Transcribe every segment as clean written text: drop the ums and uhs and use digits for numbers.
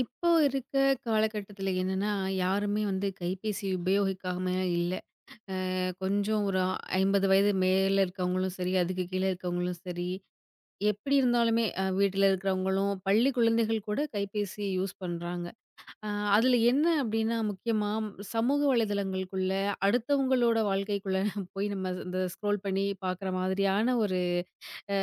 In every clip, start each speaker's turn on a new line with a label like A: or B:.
A: இப்போ இருக்க காலகட்டத்தில என்னன்னா, யாருமே வந்து கைபேசி உபயோகிக்காம இல்ல. கொஞ்சம் ஒரு 50 வயது மேல இருக்கவங்களும் சரி, அதுக்கு கீழ இருக்கவங்களும் சரி, எப்படி இருந்தாலுமே வீட்ல இருக்கிறவங்களும், பள்ளி குழந்தைகள் கூட கைபேசி யூஸ் பண்றாங்க. அ அதில என்ன அப்படின்னா, முக்கியமா சமூக வலைதளங்களுக்குள்ள அடுத்தவங்களோட வாழ்க்கைக்குள்ள போய் நம்ம இந்த ஸ்க்ரோல் பண்ணி பார்க்குற மாதிரியான அ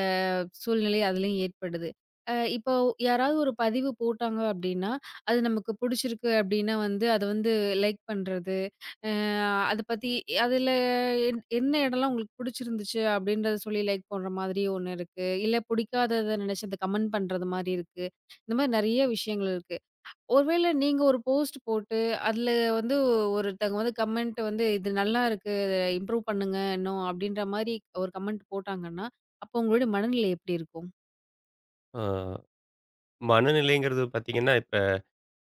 A: சூழ்நிலை அதுலயும் ஏற்படுது. இப்போ யாராவது ஒரு பதிவு போட்டாங்க அப்டின்னா, அது நமக்கு புடிச்சிருக்கு அப்டின்னா வந்து, அத வந்து லைக் பண்றது. அ அத பத்தி அதுல என்ன இடம்லாம் உங்களுக்கு புடிச்சிருந்துச்சு அப்டின்றத சொல்லி லைக் பண்ற மாதிரி ஒண்ணு இருக்கு. இல்ல புடிக்காதத நெனச்சு அத கமெண்ட் பண்றது மாரி இருக்கு. இந்த மாரி நெறைய விஷயங்கள் இருக்கு. ஒருவேள நீங்க ஒரு போஸ்ட் போட்டு, அதுல வந்து ஒருத்தங்க வந்து கமெண்ட் வந்து, "இது நல்லா இருக்கு. இம்ப்ரூவ் பண்ணுங்க இன்னும்." அப்படின்ற மாரி ஒரு கமெண்ட் போட்டாங்கன்னா, அப்போ உங்களுடைய மனநிலை எப்படி இருக்கும்?
B: ஆ, மனநிலைங்கிறது பார்த்தீங்கன்னா, இப்ப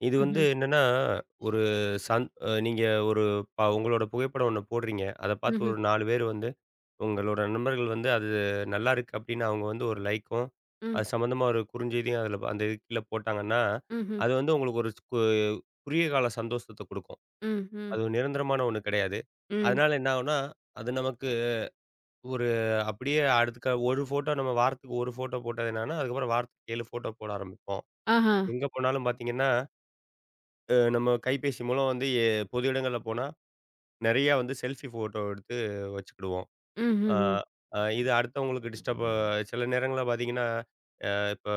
B: இது வந்து
A: ம்ஹ்ம்.
B: என்னன்னா, ஒரு சந் அ நீங்க ஒரு ப உங்களோட புகைப்படம் ஒண்ணு போடுறீங்க. அத பார்த்து
A: ம்ஹ்ம்.
B: ஒரு 4 பேர் வந்து, உங்களோட நண்பர்கள் வந்து அது நல்லாயிருக்கு அப்படின்னு அவங்க வந்து ஒரு லைக்கும்,
A: ம்.
B: அது சம்மந்தமா ஒரு குறுஞ்செய்தியும் அதில அந்த இது கீழ போட்டாங்கன்னா,
A: ம்ஹ்ம்.
B: அது வந்து உங்களுக்கு ஒரு கு குறுகிய கால சந்தோஷத்த குடுக்கும்.
A: ம். ம்.
B: அது நிரந்தரமான ஒண்ணு கிடையாது.
A: ம்.
B: அதனால என்ன ஆகும்னா, அது நமக்கு ஒரு அப்படியே அடுத்த ஒரு ஃபோட்டோ நம்ம வாரத்துக்கு 1 ஃபோட்டோ போட்டது என்னன்னா, அதுக்கப்புறம் வாரத்துக்கு 7 ஃபோட்டோ போட ஆரம்பிப்போம்.
A: ஆஹா.
B: எங்க போனாலும் பார்த்தீங்கன்னா, நம்ம கைபேசி மூலம் வந்து பொது இடங்கள்ல போனா, நெறையா வந்து செல்ஃபி ஃபோட்டோ எடுத்து வச்சுக்கிடுவோம். அ
A: ம்ஹ்ஹ்ம்.
B: அ இது அடுத்தவங்களுக்கு சில நேரங்கள்ல பார்த்தீங்கன்னா, இப்ப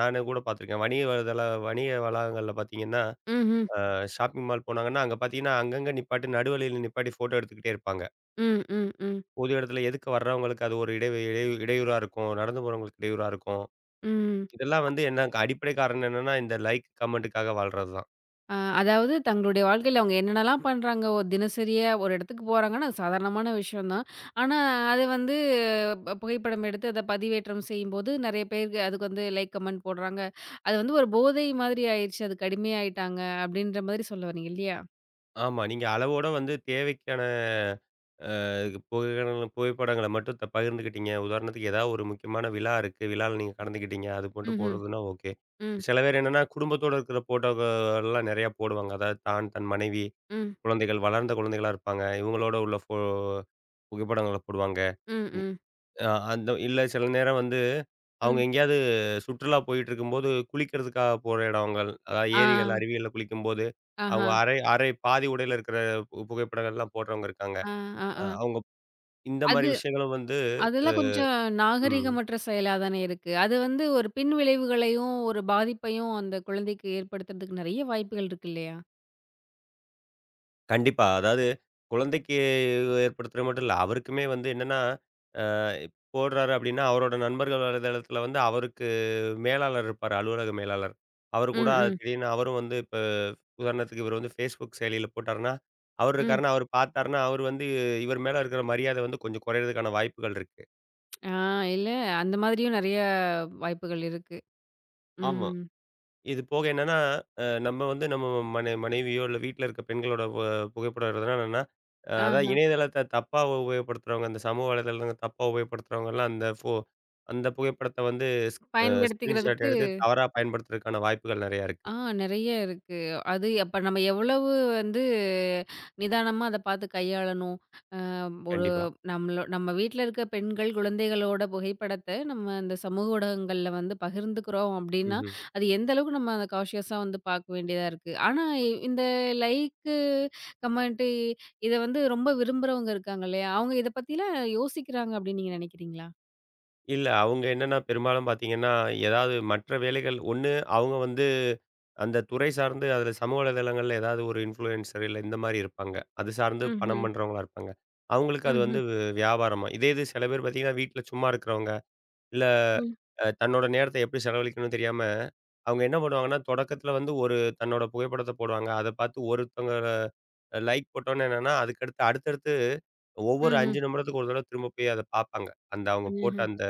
B: நானே கூட பார்த்துருக்கேன். வணிக வளாகங்கள்ல பார்த்தீங்கன்னா,
A: ம்ஹ்ம்.
B: ஷாப்பிங் மால் போனாங்கன்னா, அங்க பார்த்தீங்கன்னா, அங்கங்க நிப்பாட்டி நடுவழியில நிப்பாட்டி ஃபோட்டோ எடுத்துக்கிட்டே இருப்பாங்க.
A: ம். ம். ம். ம்.
B: பொது இடத்துல எதுக்கு வர்றவங்களுக்கு அது ஒரு இடையூறா இருக்கும். நடந்து போறவங்களுக்கு இடையூறா இருக்கும்.
A: ம்.
B: இதெல்லாம் வந்து என்ன அடிப்படை காரணம் என்னன்னா, இந்த லைக், கமெண்ட்டுக்காக வாழ்றது தான்.
A: அதாவது தங்களுடைய வாழ்க்கையில அவங்க என்னென்னலாம் பண்றாங்க, ஒரு தினசரியா ஒரு இடத்துக்கு போறாங்கன்னா, அது சாதாரணமான விஷயம் தான். ஆனா, அது வந்து புகைப்படம் எடுத்து அத பதிவேற்றம் செய்யும்போது, நெறைய பேருக்கு அதுக்கு வந்து லைக், கமெண்ட் போடுறாங்க. அது வந்து ஒரு போதை மாதிரி ஆயிடுச்சு. அதுக்கு அடிமையாயிட்டாங்க அப்படின்ற மாதிரி சொல்ல வரீங்க இல்லையா?
B: ஆமா. நீங்க அளவோட வந்து தேவைக்கான அ புகைகன புகைப்படங்கள மட்டும் பகிர்ந்துக்கிட்டீங்க. உதாரணத்துக்கு ஏதாவது ஒரு முக்கியமான விழா இருக்கு. விழால நீங்க கலந்துக்கிட்டீங்க. அது மட்டும்
A: ம்ஹ்ம்.
B: போடுறதுன்னா ஓகே.
A: ம்,
B: சில பேர் என்னன்னா, குடும்பத்தோட இருக்கிற ஃபோட்டோக்கள்லாம் நெறையா போடுவாங்க. அதாவது தான், தன் மனைவி,
A: ம்,
B: குழந்தைகள் வளர்ந்த குழந்தைகளா இருப்பாங்க. இவங்களோட உள்ள புகைப்படங்கள போடுவாங்க.
A: ம்,
B: இ
A: ம்,
B: அ அந்த இல்ல சில நேரம் வந்து அவங்க
A: ம்.
B: எங்கேயாவது சுற்றுலா போயிட்டுருக்கும்போது, குளிக்கிறதுக்காக போற இடங்கள், அதாவது
A: ஆ,
B: ஏரிகள், அருவிகள்ல குளிக்கும்போது, அவங்க
A: ஆஹா.
B: அரை அரை பாதி உடையில இருக்கிற புகைப்படங்கள்லாம் போடுறவங்க இருக்காங்க.
A: ஆ, ஆ, ஆ.
B: அவங்க இந்த மாரி
A: அது
B: விஷயங்களும் வந்து
A: அதெல்லாம் கொஞ்சம்
B: ம்.
A: நாகரீகமற்ற செயலா தானே இருக்கு. அது வந்து ஒரு பின் விளைவுகளையும், ஒரு பாதிப்பையும் அந்த குழந்தைக்கு ஏற்படுத்துறதுக்கு நெறைய வாய்ப்புகள் இருக்கு இல்லையா?
B: கண்டிப்பா. அதாவது குழந்தைக்கு ஏற்படுத்துறது மட்டும் இல்ல. அவருக்குமே வந்து என்னன்னா, அ போடுறாரு அப்டின்னா, அவரோட நண்பர்கள் வலைதளத்தில வந்து அவருக்கு மேலாளர் இருப்பாரு. அலுவலக மேலாளர். அவரு கூட
A: ம்,
B: அது
A: ம்,
B: திடீர்னு அவரும் வந்து இப்ப உதாரணத்துக்கு இவர் வந்து Facebook செயலியில போட்டாருன்னா, அவர்
A: ம்.
B: இருக்காருன்னா, அவர் பார்த்தாருன்னா, அவர் வந்து இவர் மேல இருக்கிற மரியாதை வந்து கொஞ்சம் குறையிறதுக்கான வாய்ப்புகள் இருக்கு.
A: ஆ இல்ல அந்த மாதிரியும் நெறைய வாய்ப்புகள் இருக்கு.
B: ஆமா.
A: ம்.
B: இது போக என்னன்னா, நம்ம வந்து நம்ம மனைவியோ இல்ல வீட்ல இருக்க பெண்களோட புகைப்படம் எடுக்கிறதுனா என்னன்னா, அதான்
A: ஆஹ.
B: இணையதளத்த தப்பா உபயோகப்படுத்துறவங்க, இந்த சமூக வலைதளங்கள தப்பா உபயோகப்படுத்துறவங்கலாம் அந்த புகைப்படத்த வந்து ஸ் அ ஸ்கிரீன்ஷாட்
A: பயன்படுத்திக்கிறதுக்கு
B: எடுத்து தவறா பயன்படுத்துறதுக்கான வாய்ப்புகள் நெறையா இருக்கு.
A: ஆ நெறைய இருக்கு. அது அப்ப நம்ம எவ்வளவு வந்து நிதானமா அத பார்த்து கையாளணும். ஒரு
B: கண்டிப்பா.
A: நம்மளோ நம்ம வீட்ல இருக்க பெண்கள், குழந்தைகளோட புகைப்படத்த நம்ம இந்த சமூக ஊடகங்கள்ல வந்து பகிர்ந்துக்கிறோம் அப்படின்னா,
B: ம்ஹ்ம்.
A: அது எந்த அளவுக்கு நம்ம அத கான்ஷியஸா வந்து பார்க்க வேண்டியதா இருக்கு. ஆனா இந்த லைக்கு, கமெண்ட்டு இத வந்து ரொம்ப விரும்புறவங்க இருக்காங்க இல்லையா? அவங்க இத பத்திலாம் யோசிக்கிறாங்க அப்படின்னு நீங்க நினைக்கிறீங்களா?
B: இல்ல. அவங்க என்னன்னா, பெரும்பாலும் பார்த்தீங்கன்னா, ஏதாவது மற்ற வேலைகள் ஒண்ணு அவங்க வந்து அந்த துறை சார்ந்து அதுல சமூக வலைதளங்கள்ல ஏதாவது ஒரு இன்ஃப்ளூயன்சர் இல்ல இந்த மாரி இருப்பாங்க. அது சார்ந்து பணம்
A: ம்ஹ்ம்.
B: பண்றவங்களா இருப்பாங்க. அவங்களுக்கு அது வந்து
A: ம்ஹ்ம்.
B: வியாபாரமா. இதே இது சில பேர் பார்த்தீங்கன்னா, வீட்ல சும்மா இருக்கிறவங்க, இல்ல
A: ம்.
B: தன்னோட நேரத்த எப்படி செலவழிக்கணும்னு தெரியாம, அவங்க என்ன பண்ணுவாங்கன்னா, தொடக்கத்துல வந்து ஒரு தன்னோட புகைப்படத்த போடுவாங்க. அத பார்த்து ஒருத்தவங்க லைக் போட்டோன்னே என்னன்னா, அதுக்கடுத்து அடுத்தடுத்து ஒவ்வொரு
A: ம்ஹ்ம்.
B: 5 நிமிடத்துக்கு ஒரு தடவ திரும்ப போய் அத பார்ப்பாங்க. அந்த அவங்க போட்ட
A: ம்ஹ்ம்.
B: அந்த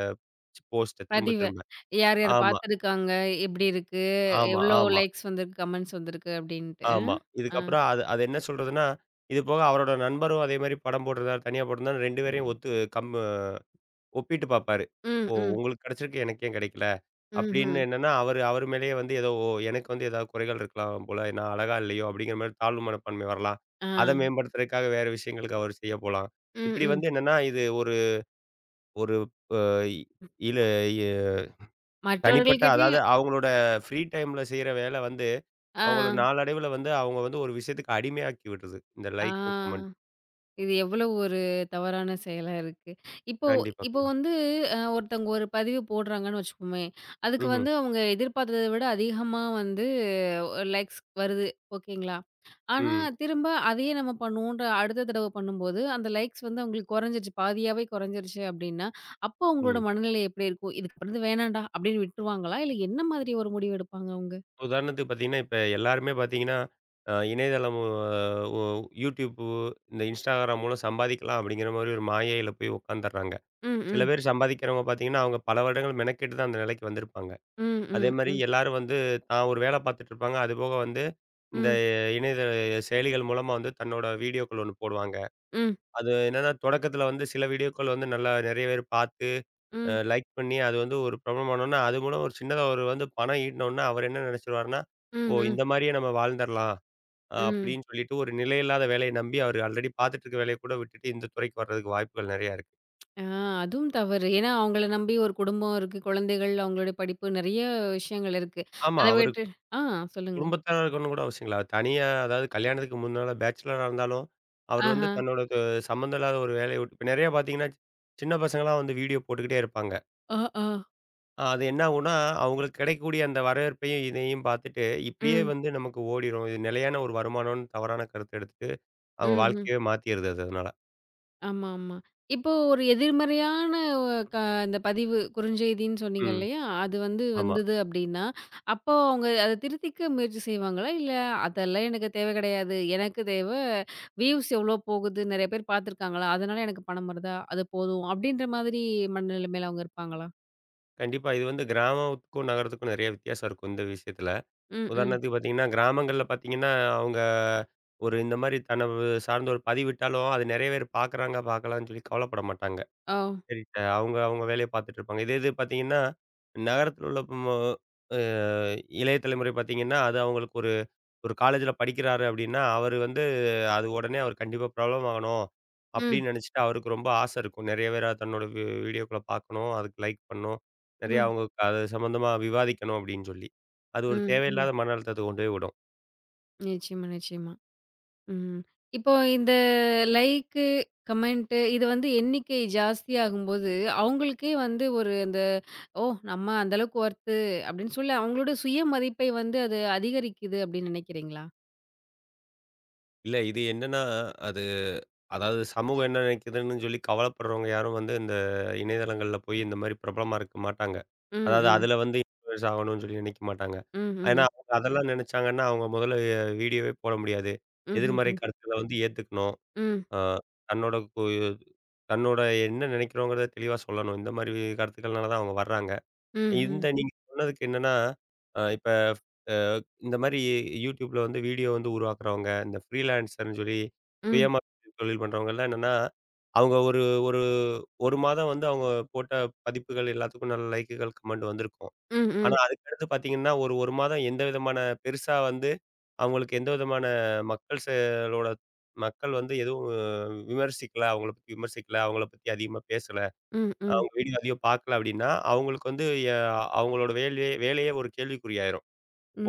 B: போஸ்ட்ட திரும்ப
A: பதிவ.
B: திரும்ப.
A: யார் யார்
B: ஆமா,
A: பார்த்துருக்காங்க? எப்படி இருக்கு?
B: ஆமா,
A: எவ்வளோ
B: ஆமா,
A: லைக்ஸ் வந்திருக்கு? கமெண்ட்ஸ் வந்திருக்கு? அப்படின்ட்டு.
B: ஆமா.
A: ஆ.
B: இதுக்கப்புறம் அது அது என்ன சொல்றதுன்னா, இது போக அவரோட நண்பரும் அதே மாரி படம் போட்டிருந்தாரு, தனியா போட்டிருந்தாரு 2 பேரையும் ஒத்து கம் ஒப்பிட்டு பார்ப்பாரு.
A: ம்.
B: "ஓ!
A: ம்.
B: உங்களுக்கு கிடைச்சிருக்கு, எனக்கு ஏன் கிடைக்கல?" அப்படின்னு
A: ம்ஹ்ம்.
B: என்னன்னா, அவரு அவரு மேலேயே வந்து ஏதோ "ஓ! எனக்கு வந்து ஏதாவது குறைகள் இருக்கலாம் போல, நான் அழகா இல்லையோ!" அப்படிங்கிற மாரி தாழ்வு மனப்பான்மை வரலாம். அத
A: ஆ.
B: மேம்படுத்துறதுக்காக வேற விஷயங்களுக்கு அவரு செய்ய போலாம்.
A: ம்,
B: இப்படி
A: ம்.
B: வந்து என்னன்னா, இது ஒரு ஒரு இ இழு தனிப்பட்ட அதாவது
A: மற்றவர்கள்கிட்டயும்
B: அவங்களோட ஃப்ரீ டைம்ல செய்ற வேல வந்து,
A: ஆ,
B: அவங்கள நாளடைவுல வந்து அவங்க வந்து ஒரு விஷயத்துக்கு அடிமையாக்கி விடுது. இந்த
A: ஆ.
B: லைக்கும், கமெண்ட்டும்.
A: இது எவ்வளவு ஒரு தவறான செயலா இருக்கு. இப்போ
B: கண்டிப்பா,
A: இப்போ
B: கண்டிப்பா.
A: வந்து ஒருத்தவங்க ஒரு பதிவு போடுறாங்கன்னு வச்சுக்குவோமே, அதுக்கு
B: ம்ஹ்ம்.
A: வந்து அவங்க எதிர்பார்த்தத விட அதிகமா வந்து லைக்ஸ் வருது. ஓகேங்களா? ஆனா,
B: ம்,
A: திரும்ப அதையே நம்ம பண்ணுவோன்ற அடுத்த தடவ பண்ணும்போது, அந்த லைக்ஸ் வந்து அவங்களுக்கு குறைஞ்சிருச்சு. பாதியாவே குறைஞ்சிருச்சு அப்டின்னா, அப்போ உங்களோட
B: ம்.
A: மனநிலை எப்படி இருக்கும்? இதுக்கப்புறம் இது வேணாம்டா அப்டின்னு விட்டுருவாங்களா? இல்ல என்ன மாதிரி ஒரு முடிவு எடுப்பாங்க அவங்க?
B: உதாரணத்துக்கு பார்த்தீங்கன்னா, இப்ப எல்லாருமே பார்த்தீங்கன்னா, இணையதளம் ஒ யூடியூப்பு, இந்த Instagram மூலம் சம்பாதிக்கலாம் அப்படிங்கிற மாரி ஒரு மாயையில போய் உட்காந்துர்றாங்க.
A: ம்,
B: சில
A: ம்.
B: பேர் சம்பாதிக்கிறவங்க பார்த்தீங்கன்னா, அவங்க பல வருடங்கள் மெனக்கெட்டு தான் அந்த நிலைக்கு வந்திருப்பாங்க.
A: ம்,
B: அதே
A: ம்,
B: மாரி
A: ம்.
B: எல்லாரும் வந்து தான் ஒரு வேலை பார்த்துட்டு இருப்பாங்க. அதுபோக வந்து இந்த
A: ம்.
B: இணையதள செயலிகள் மூலமா வந்து தன்னோட வீடியோக்கள் ஒண்ணு போடுவாங்க.
A: ம்,
B: அது என்னன்னா தொடக்கத்தில வந்து சில வீடியோக்கள் வந்து நல்லா நெறைய பேர் பார்த்து
A: ம்,
B: லைக் பண்ணி அது வந்து ஒரு பிரபலமானோனே, அது மூலம் ஒரு சின்னதா ஒரு வந்து பணம் ஈட்டினோனே, அவர் என்ன நினைச்சிருவாருன்னா,
A: ம்,
B: "ஓ!
A: ம்,
B: இந்த மாரியே நம்ம வாழ்ந்துரலாம்."
A: ம்.
B: அப்படின்னு சொல்லிட்டு ஒரு நிலையில்லாத வேலைய நம்பி, அவர் ஆல்ரெடி பார்த்துட்டு இருக்க வேலைய கூட விட்டுட்டு இந்த துறைக்கு வர்றதுக்கு வாய்ப்புகள் நெறையா இருக்கு.
A: ஆ அதுவும் தவறு. ஏன்னா, அவங்கள நம்பி ஒரு குடும்பம் இருக்கு, குழந்தைகள், அவங்களுடைய படிப்பு நிறைய விஷயங்கள் இருக்கு.
B: ஆமா.
A: அத
B: அவரு
A: விட்டு ஆ சொல்லுங்க.
B: குடும்பத்தாரா இருக்கணும்னு கூட அவசியம் இல்ல. தனியா அதாவது கல்யாணத்துக்கு முன்னால பேச்சுலரா இருந்தாலும், அவர் வந்து
A: ஆஹா.
B: தன்னோட த சம்மந்தம் இல்லாத ஒரு வேலைய விட்டு இப்ப நெறைய பார்த்தீங்கன்னா, சின்ன பசங்கலாம் வந்து வீடியோ போட்டுக்கிட்டே இருப்பாங்க.
A: அ, ஆ.
B: அது என்ன ஆகும்னா, அவங்களுக்கு கிடைக்கக்கூடிய அந்த வரவேற்பையும், இதையும் பார்த்துட்டு, இப்படியே
A: ம்,
B: வந்து நமக்கு ஓடிரும். இது நிலையான ஒரு வருமானம்னு தவறான கருத்து எடுத்துட்டு, அவங்க
A: ம், ம்.
B: வாழ்க்கையவே மாத்திருது அது அதனால.
A: ஆமா, ஆமா. இப்போ ஒரு எதிர்மறையான க அந்த பதிவு குறுஞ்செய்தின்னு சொன்னீங்க
B: ம்.
A: இல்லையா? அது வந்து
B: ஆமா.
A: வந்தது அப்டின்னா, அப்போ அவங்க அத திருத்திக்க முயற்சி செய்வாங்களா? இல்ல அதெல்லாம் எனக்கு தேவை கிடையாது. எனக்கு தேவ வியூஸ் எவ்ளோ போகுது? நெறைய பேர் பார்த்துருக்காங்களா? அதனால எனக்கு பணம் வருதா? அது போதும். அப்டின்ற மாதிரி மனநிலைமையில அவங்க இருப்பாங்களா?
B: கண்டிப்பா. இது வந்து கிராமத்துக்கும், நகரத்துக்கும் நெறைய வித்தியாசம் இருக்கும் இந்த விஷயத்துல.
A: ம், ம்.
B: உதாரணத்துக்கு பார்த்தீங்கன்னா, கிராமங்கள்ல பார்த்தீங்கன்னா, அவங்க ஒரு இந்த மாரி தன்னை சார்ந்த ஒரு பதிவிட்டாலும், அது நெறைய பேர் பார்க்குறாங்க, பார்க்கலான்னு சொல்லி கவலைப்பட மாட்டாங்க.
A: ஓ!
B: சரி அவங்க அவங்க வேலைய பார்த்துட்டு இருப்பாங்க. இதே இது பார்த்தீங்கன்னா, நகரத்தில உள்ள மோ அ இளைய தலைமுறை பார்த்தீங்கன்னா, அது அவங்களுக்கு ஒரு ஒரு காலேஜில படிக்கிறாரு அப்படின்னா, அவரு வந்து அது உடனே அவர் கண்டிப்பா பிரபலம் ஆகணும்
A: ம்,
B: அப்படின்னு நினைச்சுட்டு அவருக்கு ரொம்ப ஆசை இருக்கும். நெறைய பேரா தன்னோட வீடியோக்கள பார்க்கணும், அதுக்கு லைக் பண்ணணும், நெறைய
A: ம்,
B: அவங்க அது சம்மந்தமா விவாதிக்கணும் அப்படின்னு சொல்லி. அது ஒரு
A: ம், ம்.
B: தேவையில்லாத மன அழுத்தத்த கொண்டு போய் விடும்.
A: நிச்சயமா, நிச்சயமா. ம். இப்போ இந்த லைக்கு, கமெண்ட்டு இது வந்து எண்ணிக்கை ஜாஸ்தியாகும்போது, அவங்களுக்கே வந்து ஒரு அந்த, "ஓ! நம்ம அந்த அளவுக்கு ஒர்த்து" அப்படின்னு சொல்லி அவங்களோட சுய மதிப்பை வந்து அது அதிகரிக்குது அப்படின்னு நினைக்கிறீங்களா?
B: இல்ல. இது என்னன்னா, அது அதாவது சமூகம் என்ன நினைக்குதுன்னு சொல்லி கவலைப்படுறவங்க யாரும் வந்து இந்த இணையதளங்கள்ல போய் இந்த மாரி பிரபலமா இருக்க மாட்டாங்க.
A: ம்,
B: அதாவது
A: ம்.
B: அதில வந்து இன்ஃப்ளூயன்ஸ் ஆகணும்னு சொல்லி நினைக்க மாட்டாங்க.
A: ம்,
B: ஏன்னா,
A: ம்.
B: அவங்க அதெல்லாம் நினைச்சாங்கன்னா, அவங்க முதல்ல வீடியோவே போட முடியாது. எதிர்மறை
A: ம்ஹ்ஹ்ம்.
B: கருத்துக்கள வந்து ஏத்துக்கணும்.
A: ம்.
B: அ தன்னோட கு தன்னோட என்ன நினைக்கிறோங்கிறத தெளிவா சொல்லணும். இந்த மாரி கருத்துக்கள்னால தான் அவங்க வர்றாங்க.
A: ம்ஹ்ம்.
B: இந்த நீங்க சொன்னதுக்கு என்னன்னா, அ இப்ப அ இந்த மாரி YouTubeல வந்து வீடியோ வந்து உருவாக்குறவங்க, இந்த ஃப்ரீலான்சர்ன்னு சொல்லி
A: ம்.
B: சுயமா தொழில் பண்றவங்கலாம் என்னன்னா, அவங்க ஒரு ஒரு 1 மாதம் வந்து அவங்க போட்ட பதிப்புகள் எல்லாத்துக்கும் நல்ல லைக்குகள், கமெண்ட் வந்திருக்கும்.
A: ம்,
B: ஆனா
A: ம்.
B: அதுக்கடுத்து பார்த்தீங்கன்னா, ஒரு 1 மாதம் எந்த விதமான பெருசா வந்து அவங்களுக்கு எந்த விதமான மக்கள் செயலோட மக்கள் வந்து எதுவும் விமர்சிக்கல, அவங்கள பத்தி விமர்சிக்கல, அவங்கள பத்தி அதிகமா பேசல.
A: ம், ம். ம்.
B: அவங்க வீடியோ அதிகம் பார்க்கல அப்படின்னா, அவங்களுக்கு வந்து எ அவங்களோட வேலையே வேலையே ஒரு கேள்விக்குறியாயிரும்.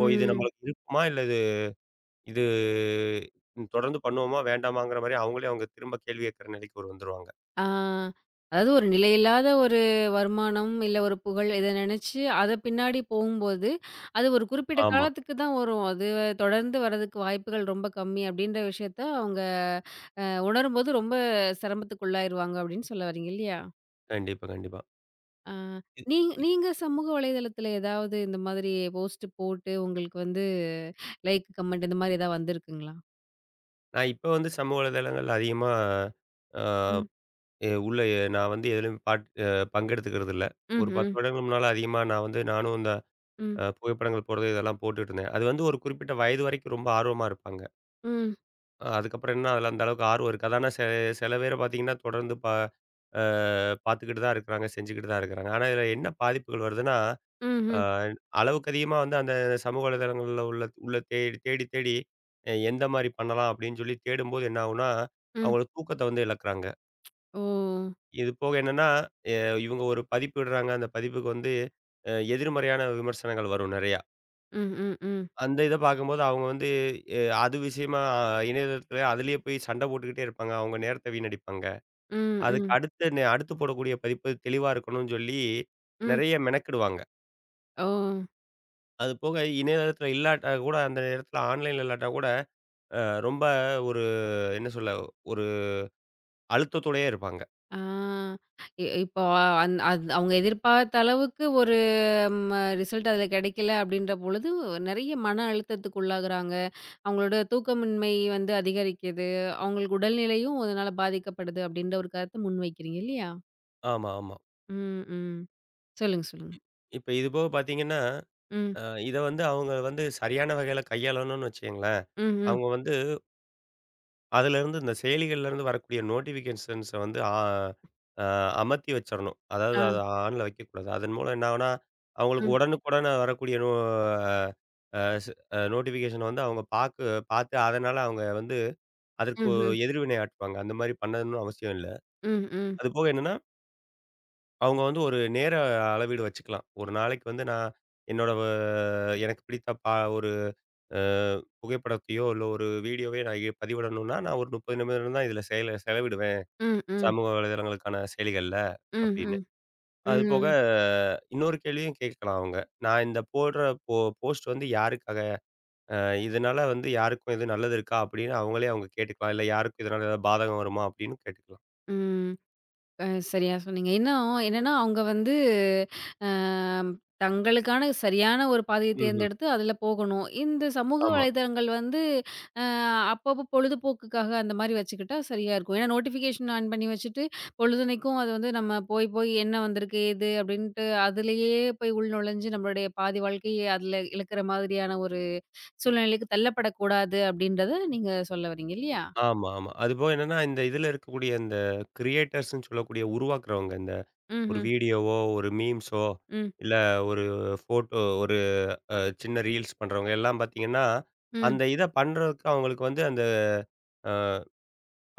B: ஓ!
A: ம்
B: இது
A: ம்
B: நம்மளுக்கு இருக்குமா? இல்ல இது இது தொடர்ந்து பண்ணுவோமா? வேண்டாமாங்கிற மாரி அவங்களே அவங்க திரும்ப கேள்வி கேட்கிற நிலைக்கு ஒரு வந்துருவாங்க.
A: ஆ. அதாவது ஒரு நிலையில்லாத ஒரு வருமானம், இல்ல ஒரு புகழ் இத நெனச்சு அத பின்னாடி போகும்போது, அது ஒரு குறிப்பிட்ட
B: ஆமா.
A: காலத்துக்கு தான் வரும். அது தொடர்ந்து வரதுக்கு வாய்ப்புகள் ரொம்ப கம்மி அப்டின்ற விஷயத்த அவங்க உணரும்போது ரொம்ப சிரமத்துக்குள்ளாயிருவாங்க அப்டின்னு சொல்ல வரீங்க இல்லையா?
B: கண்டிப்பா, கண்டிப்பா.
A: ஆ
B: இ இ
A: நீங்க சமூக வலைதளத்துல ஏதாவது இந்த மாதிரி போஸ்ட் போட்டு உங்களுக்கு வந்து லைக், கமெண்ட் இந்த மாரி ஏதாவது வந்திருக்குங்களா?
B: நான் இப்ப வந்து சமூக வலைதளங்கள்ல அதிகமா அ
A: ம்.
B: எ உள்ள எ நான் வந்து எதுலயும் பாட் அ பங்கெடுத்துக்கிறதில்ல. ஒரு 10
A: ம்ஹ்ம்.
B: வருடங்களுக்கு முன்னால அதிகமா நான் வந்து நானும் இந்த
A: ம்.
B: புகைப்படங்கள் போடுறது இதெல்லாம் போட்டுட்டு இருந்தேன். அது வந்து ஒரு குறிப்பிட்ட வயது வரைக்கும் ரொம்ப ஆர்வமா இருப்பாங்க.
A: ம்.
B: அதுக்கப்புறம் என்ன அதில அந்த அளவுக்கு ஆர்வம் இருக்கு. அதான சில பேர பார்த்தீங்கன்னா, தொடர்ந்து பா அ பார்த்துக்கிட்டு தான் இருக்கிறாங்க, செஞ்சுக்கிட்டு தான் இருக்கிறாங்க. ஆனா, இதில என்ன பாதிப்புகள் வருதுன்னா,
A: ம்ஹ்ம்.
B: அ
A: ம்.
B: அளவுக்கு அதிகமா வந்து அந்த சமூக வலைதளங்கள்ல உள்ள உள்ள தேடி தேடி தேடி எந்த மாரி பண்ணலாம் அப்படின்னு சொல்லி தேடும்போது என்ன ஆகும்னா,
A: ம் ம்.
B: அவங்களோட தூக்கத்த வந்து இழக்கிறாங்க.
A: ஓ!
B: இது போக என்னன்னா, எ இவங்க ஒரு பதிப்பிடுறாங்க. அந்த பதிப்புக்கு வந்து எதிர்மறையான விமர்சனங்கள் வரும் நெறையா.
A: ம், ம், ம்.
B: அந்த இத பார்க்கும்போது அவங்க வந்து அது விஷயமா இணையதளத்தில அதிலேயே போய் சண்டை போட்டுக்கிட்டே இருப்பாங்க. அவங்க நேரத்த வீணடிப்பாங்க.
A: ம்,
B: அதுக்கு
A: ம்.
B: அடுத்து அடுத்து போடக்கூடிய பதிப்பு தெளிவா இருக்கணும்னு சொல்லி,
A: ம்.
B: நெறைய மெனக்கிடுவாங்க.
A: ஓ!
B: அது போக இணையதளத்தில இல்லாட்டா கூட அந்த நேரத்தில ஆன்லைன்ல இல்லாட்டா கூட, அ ரொம்ப ஒரு என்ன சொல்ல, ஒரு அழுத்தத்தோடயே இருப்பாங்க.
A: ஆ. இப்போ அது அவங்க எதிர்பார்த்த அளவுக்கு ஒரு ரிசல்ட் அதுல கிடைக்கல அப்படின்ற பொழுது, நெறைய மன அழுத்தத்துக்கு உள்ளாகுறாங்க. அவங்களோட தூக்கமின்மை வந்து அதிகரிக்குது. அவங்களுக்கு உடல்நிலையும் அதனால பாதிக்கப்படுது அப்படின்ற ஒரு கருத்த முன்வைக்கிறீங்க இல்லையா?
B: ஆமா, ஆமா.
A: ம், ம். சொல்லுங்க, சொல்லுங்க.
B: இப்ப இது போக பார்த்தீங்கன்னா,
A: ம்,
B: அ இத வந்து அவங்க வந்து சரியான வகையில கையாளணும்னு வச்சுக்கங்களேன்.
A: ம், ம்.
B: அவங்க வந்து அதிலேருந்து இந்த செயலிகள்லேருந்து வரக்கூடிய நோட்டிஃபிகேஷன்ஸ வந்து ஆ அ அமர்த்தி வச்சிரணும். அதாவது
A: ஆ,
B: அத ஆன்ல வைக்கக்கூடாது. அதன் மூலம் என்ன ஆகும்னா, அவங்களுக்கு
A: ம்,
B: உடனுக்குடன் வரக்கூடிய நோ அ ஸ் அ நோட்டிஃபிகேஷன வந்து அவங்க பார்த்து அதனால அவங்க வந்து அதற்கு ஒரு
A: ம்ஹ்ம்.
B: எதிர்வினை ஆற்றுவாங்க. அந்த மாரி பண்ணணும்னு அவசியம் இல்ல.
A: ம், ம்.
B: அதுபோக என்னன்னா அவங்க வந்து ஒரு நேர அளவீடு வச்சுக்கலாம். ஒரு நாளைக்கு வந்து நான் என்னோட வ எனக்கு பிடித்த ஒரு அ புகைப்படத்தையோ, இல்ல ஒரு வீடியோவையோ நான் பதிவிடணும்னா, நான் ஒரு 30 நிமிடம் தான் இதில செலவிடுவேன்.
A: ம், ம்.
B: சமூக வலைதளங்களுக்கான செயலிகள்ல
A: ம்,
B: அப்படின்னு.
A: ம். ம்,
B: அதுபோக
A: ம்.
B: இன்னொரு கேள்வியும் கேட்கலாம் அவங்க. நான் இந்த போடுற போ போஸ்ட் வந்து யாருக்காக? அ இதனால வந்து யாருக்கும் எதுவும் நல்லது இருக்கா? அப்படின்னு அவங்களே அவங்க கேட்டுக்கலாம். இல்ல யாருக்கும் இதனால ஏதாவது பாதகம் வருமா? அப்படின்னு கேட்டுக்கலாம்.
A: ம். அ சரியா சொன்னீங்க. இன்னும் என்னன்னா, அவங்க வந்து அ தங்களுக்கான சரியான ஒரு பாதைய
B: ம்ஹ்ம்.
A: தேர்ந்தெடுத்து அதில போகணும். இந்த சமூக
B: ஆமா.
A: வலைதளங்கள் வந்து அ அப்பப்போ பொழுதுபோக்குக்காக அந்த மாரி வச்சுக்கிட்டா சரியா இருக்கும். ஏன்னா நோட்டிஃபிகேஷன் ஆன் பண்ணி வச்சுட்டு, பொழுதனைக்கும் அது வந்து நம்ம போய் போய் என்ன வந்திருக்கு, ஏது அப்படின்ட்டு அதிலேயே போய் உள்நுழைஞ்சு நம்மளுடைய பாதி வாழ்க்கைய அதில இழக்கிற மாதிரியான ஒரு சூழ்நிலைக்கு தள்ளப்படக்கூடாது அப்படின்றத நீங்க சொல்ல வரீங்க இல்லையா?
B: ஆமா, ஆமா. அதுபோக என்னன்னா, இந்த இதுல இருக்கக்கூடிய இந்த கிரியேட்டர்ஸ்ன்னு சொல்லக்கூடிய உருவாக்குறவங்க, இந்த ஒரு
A: ம்ஹ்ம்.
B: வீடியோவோ, ஒரு மீம்ஸோ,
A: ம்.
B: இல்ல ஒரு ஃபோட்டோ ஒரு அ சின்ன ரீல்ஸ் பண்றவங்க எல்லாம் பார்த்தீங்கன்னா,
A: ம்.
B: அந்த இத பண்றதுக்கு அவங்களுக்கு வந்து அந்த அ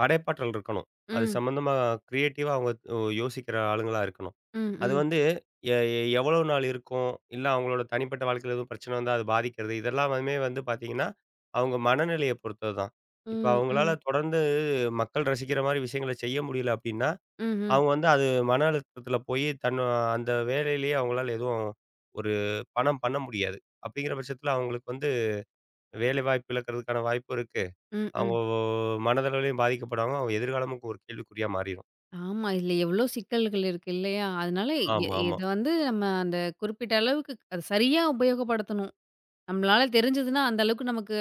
B: படைப்பாற்றல் இருக்கணும். அது
A: ம்.
B: சம்மந்தமா கிரியேட்டிவா அவங்க யோசிக்கிற ஆளுங்களா இருக்கணும்.
A: ம். ம்.
B: அது
A: ம்.
B: வந்து எ எ எவ்வளவு நாள் இருக்கும்? இல்ல அவங்களோட தனிப்பட்ட வாழ்க்கையில எதுவும் பிரச்சனை வந்தா அது பாதிக்கிறது. இதெல்லாமே வந்து பார்த்தீங்கன்னா, அவங்க மனநிலைய பொறுத்தது தான். இப்ப
A: ம்.
B: அவங்களால
A: ம்.
B: தொடர்ந்து மக்கள் ரசிக்கிற மாரி விஷயங்கள செய்ய முடியல அப்டின்னா,
A: ம்ஹ்ம்.
B: அவங்க வந்து அது மன அழுத்தத்தில போய் அந்த வேலையிலேயே அவங்களால எதுவும் ஒரு பணம் பண்ண முடியாது. அப்டிங்கிற பட்சத்தில அவங்களுக்கு வந்து வேலை வாய்ப்பு இழக்கிறதுக்கான வாய்ப்பு இருக்கு.
A: ம்,
B: அவங்க
A: ம்.
B: மனதளவிலயும் பாதிக்கப்படுவாங்க. அவங்க எதிர்காலமும் ஒரு கேள்விக்குறியா மாறிரும்.
A: ஆமா. இதுல எவ்ளோ சிக்கல்கள் இருக்கு இல்லையா? அதனால
B: ஆமாமா.
A: இத வந்து நம்ம அந்த குறிப்பிட்ட அளவுக்கு அது சரியா உபயோகப்படுத்தணும். நம்மளால தெரிஞ்சதுன்னா, அந்த அளவுக்கு நமக்கு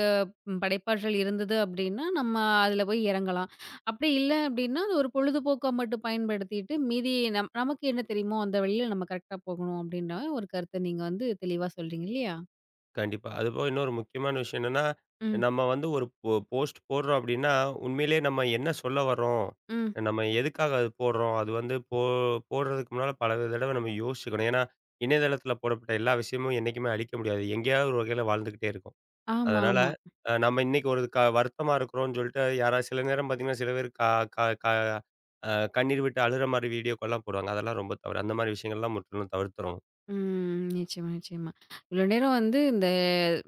A: படைப்பாற்றல் இருந்தது அப்டின்னா, நம்ம அதுல போய் இறங்கலாம். அப்டி இல்ல அப்டின்னா, அது ஒரு பொழுதுபோக்கா மட்டும் பயன்படுத்திட்டு, மீதி நமக்கு என்ன தெரியுமோ அந்த வழியில நம்ம கரெக்ட்டா போகணும் அப்டின்ற ஒரு கருத்த நீங்க வந்து தெளிவா சொல்றீங்க இல்லையா?
B: கண்டிப்பா. அதுபோக இன்னொரு முக்கியமான விஷயம் என்னன்னா,
A: ம்,
B: நம்ம வந்து ஒரு போஸ்ட் போடுறோம் அப்டின்னா, உண்மையிலேயே நம்ம என்ன சொல்ல வர்றோம்?
A: ம்.
B: நம்ம எதுக்காக அது போடுறோம்? அது வந்து போடுறதுக்கு முன்னால பல தடவ நம்ம யோசிச்சுக்கணும். ஏன்னா, இணையதளத்தில போடப்பட்ட எல்லா விஷயமும் என்னைக்குமே அழிக்க முடியாது. எங்கேயாவது ஒரு வகையில வாழ்ந்துகிட்டே இருக்கும். அதனால
A: ஆமாமா.
B: நம்ம இன்னைக்கு ஒரு வருத்தமா இருக்கிறோம்னு சொல்லிட்டு யாராவது சில நேரம் பார்த்தீங்கன்னா, சில பேர் க க க அ கண்ணீர் விட்டு அழுற மாரி வீடியோக்கள்லாம் போடுவாங்க. அதெல்லாம் ரொம்ப தவறு. அந்த மாரி விஷயங்கள்லாம் முற்றிலும் தவிர்த்துறணும்.
A: ம். நிச்சயமா, நிச்சயமா. இவ்வளோ நேரம் வந்து இந்த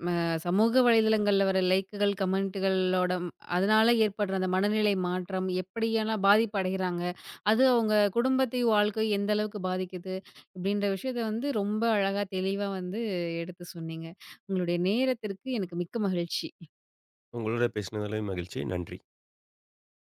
A: ம சமூக வலைதளங்கள்ல வர லைக்குகள், கமெண்ட்டுகளோட அதனால ஏற்படுற அந்த மனநிலை மாற்றம், எப்படியெல்லாம் பாதிப்பு அடைகிறாங்க, அது அவங்க குடும்பத்தையும், வாழ்க்கையும் எந்த அளவுக்கு பாதிக்குது, இப்படின்ற விஷயத்த வந்து ரொம்ப அழகா, தெளிவா வந்து எடுத்து சொன்னீங்க. உங்களுடைய நேரத்திற்கு எனக்கு மிக்க மகிழ்ச்சி.
B: உங்களோட பேசினதுலயும் மகிழ்ச்சி. நன்றி.